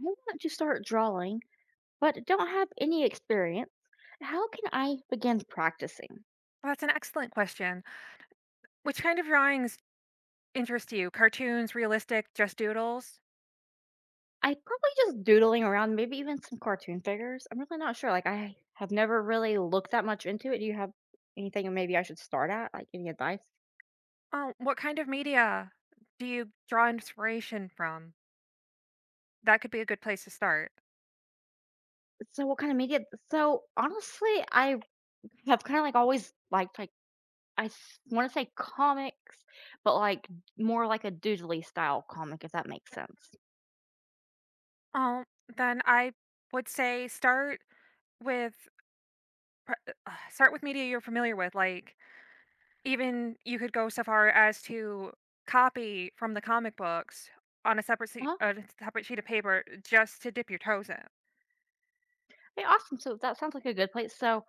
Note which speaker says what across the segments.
Speaker 1: I want to start drawing, but don't have any experience. How can I begin practicing?
Speaker 2: Well, that's an excellent question. Which kind of drawings interest you? Cartoons, realistic, just doodles?
Speaker 1: I probably just doodling around, maybe even some cartoon figures. I'm really not sure. Like I have never really looked that much into it. Do you have anything maybe I should start at? Like any advice?
Speaker 2: Oh, what kind of media do you draw inspiration from? That could be a good place to start.
Speaker 1: So what kind of media? So honestly, I have kind of like always liked like I want to say comics, but like more like a doodly style comic, if that makes sense.
Speaker 2: Oh, then I would say start with pr- start with media you're familiar with. Like even you could go so far as to copy from the comic books on a
Speaker 1: Uh huh.
Speaker 2: a separate sheet of paper just to dip your toes in.
Speaker 1: Hey, awesome. So that sounds like a good place. So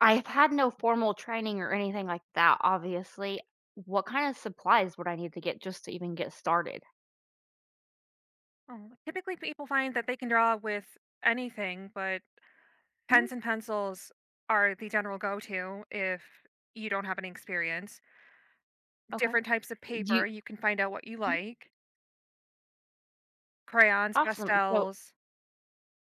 Speaker 1: I've had no formal training or anything like that, obviously. What kind of supplies would I need to get just to even get started?
Speaker 2: Oh, typically people find that they can draw with anything, but
Speaker 1: Mhm.
Speaker 2: pens and pencils are the general go-to if you don't have any experience.
Speaker 1: Okay.
Speaker 2: Different types of
Speaker 1: Do
Speaker 2: paper,
Speaker 1: you
Speaker 2: you can find out what you
Speaker 1: Mhm.
Speaker 2: like. Crayons,
Speaker 1: Awesome. So,
Speaker 2: pastels,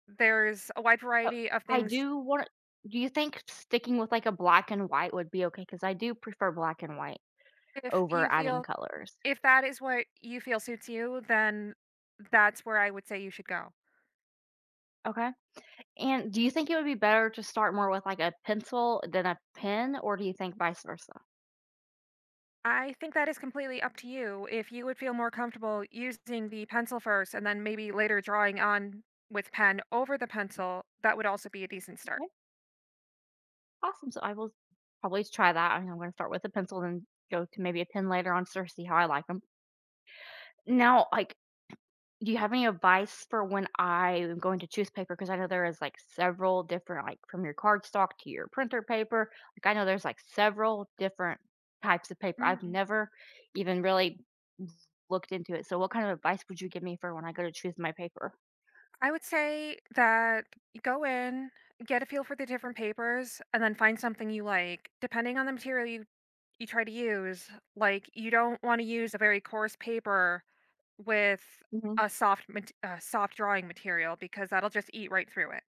Speaker 2: there's a wide
Speaker 1: so
Speaker 2: variety of
Speaker 1: I
Speaker 2: things.
Speaker 1: do want do you think sticking with like a black and white would be okay? Because I do prefer black and white
Speaker 2: If you
Speaker 1: over adding
Speaker 2: feel
Speaker 1: colors.
Speaker 2: if that is what you feel suits you, then that's where I would say you should go.
Speaker 1: Okay. And do you think it would be better to start more with like a pencil than a pen, or do you think vice versa?
Speaker 2: I think that is completely up to you. If you would feel more comfortable using the pencil first and then maybe later drawing on with pen over the pencil, that would also be a decent
Speaker 1: Okay. Awesome. So I will probably try that. I mean, I'm going to start with a pencil, then go to maybe a pen later on, sort of see how I like them. Now, like, do you have any advice for when I am going to choose paper? Because I know there is, like, several different like, from your cardstock to your printer paper. Like, I know there's, like, several different types of paper. I've
Speaker 2: start.
Speaker 1: never even really looked into it. So what kind of advice would you give me for when I go to choose my paper?
Speaker 2: I would say that you go in, get a feel for the different papers, and then find something you like. Depending on the material you, you try to use, like you don't want to use a very coarse paper with
Speaker 1: Mm-hmm.
Speaker 2: a soft drawing material because that'll just eat right through it.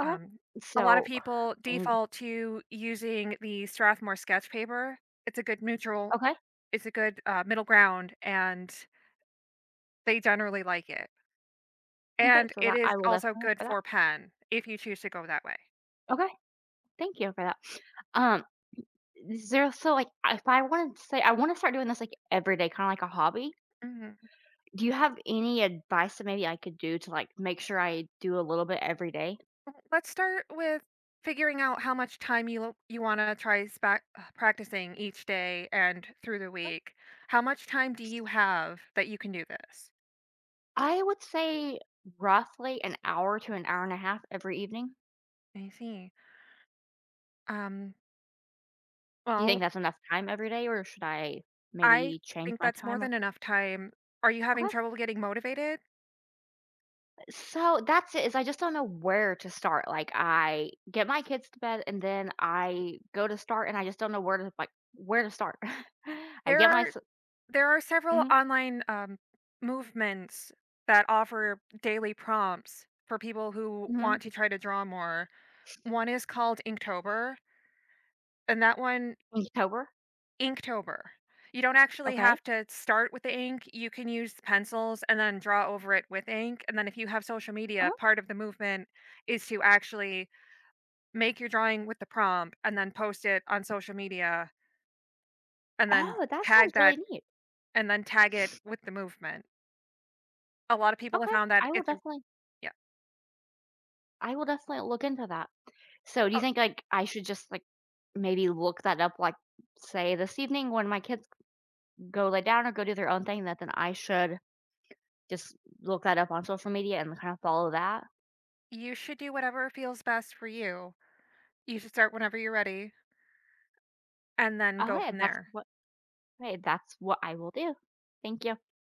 Speaker 1: Okay.
Speaker 2: Um, a lot of
Speaker 1: So
Speaker 2: people
Speaker 1: I need to
Speaker 2: default to using the Strathmore sketch paper. It's a good neutral.
Speaker 1: Okay,
Speaker 2: It's a good middle ground, and they generally like it.
Speaker 1: okay,
Speaker 2: And
Speaker 1: so
Speaker 2: it
Speaker 1: that
Speaker 2: is
Speaker 1: I will
Speaker 2: also
Speaker 1: definitely look
Speaker 2: good
Speaker 1: for that.
Speaker 2: for pen if you choose to go that way.
Speaker 1: Okay, thank you for that. Um, is there So, like, if I wanted to say I wanna start doing this, like, every day, kinda like a hobby.
Speaker 2: Mhm.
Speaker 1: Do you have any advice that maybe I could do to, like, make sure I do a little bit every day?
Speaker 2: Well, let's start with figuring out how much time you wanna try spa practicing each day and through the week. How much time do you have that you can do this?
Speaker 1: I would say roughly an hour to an hour and a half every evening.
Speaker 2: I see. Um,
Speaker 1: Do you
Speaker 2: well,
Speaker 1: think that's enough time every day, or should I
Speaker 2: I
Speaker 1: maybe change
Speaker 2: think
Speaker 1: my
Speaker 2: that's more
Speaker 1: time?
Speaker 2: than enough time. Are you having
Speaker 1: Okay.
Speaker 2: trouble getting motivated?
Speaker 1: So that's it, is I just don't know where to start. Like I get my kids to bed and then I go to start and I just don't know where to start. I
Speaker 2: There
Speaker 1: get my
Speaker 2: are
Speaker 1: s-
Speaker 2: there are several
Speaker 1: Mhm,
Speaker 2: online, movements that offer daily prompts for people who
Speaker 1: mhm,
Speaker 2: want to try to draw more. One is called Inktober, and that one
Speaker 1: Inktober.
Speaker 2: Inktober. You don't actually
Speaker 1: Okay.
Speaker 2: have to start with the ink. You can use pencils and then draw over it with ink. And then if you have social media,
Speaker 1: Oh,
Speaker 2: part of the movement is to actually make your drawing with the prompt and then post it on social media and then
Speaker 1: oh, that sounds
Speaker 2: tag
Speaker 1: really
Speaker 2: that
Speaker 1: neat.
Speaker 2: and then tag it with the movement. A lot of people have
Speaker 1: Okay.
Speaker 2: found that
Speaker 1: I will
Speaker 2: it's a
Speaker 1: definitely
Speaker 2: yeah,
Speaker 1: I will definitely look into that. So do you
Speaker 2: oh,
Speaker 1: think like I should just like maybe look that up like say this evening when my kids go lay down or go do their own thing that then I should just look that up on social media and kind of follow that?
Speaker 2: you should do whatever feels best for you. You should start whenever you're ready and then go
Speaker 1: Okay,
Speaker 2: from
Speaker 1: that's
Speaker 2: there.
Speaker 1: what right, that's what I will do. Thank you.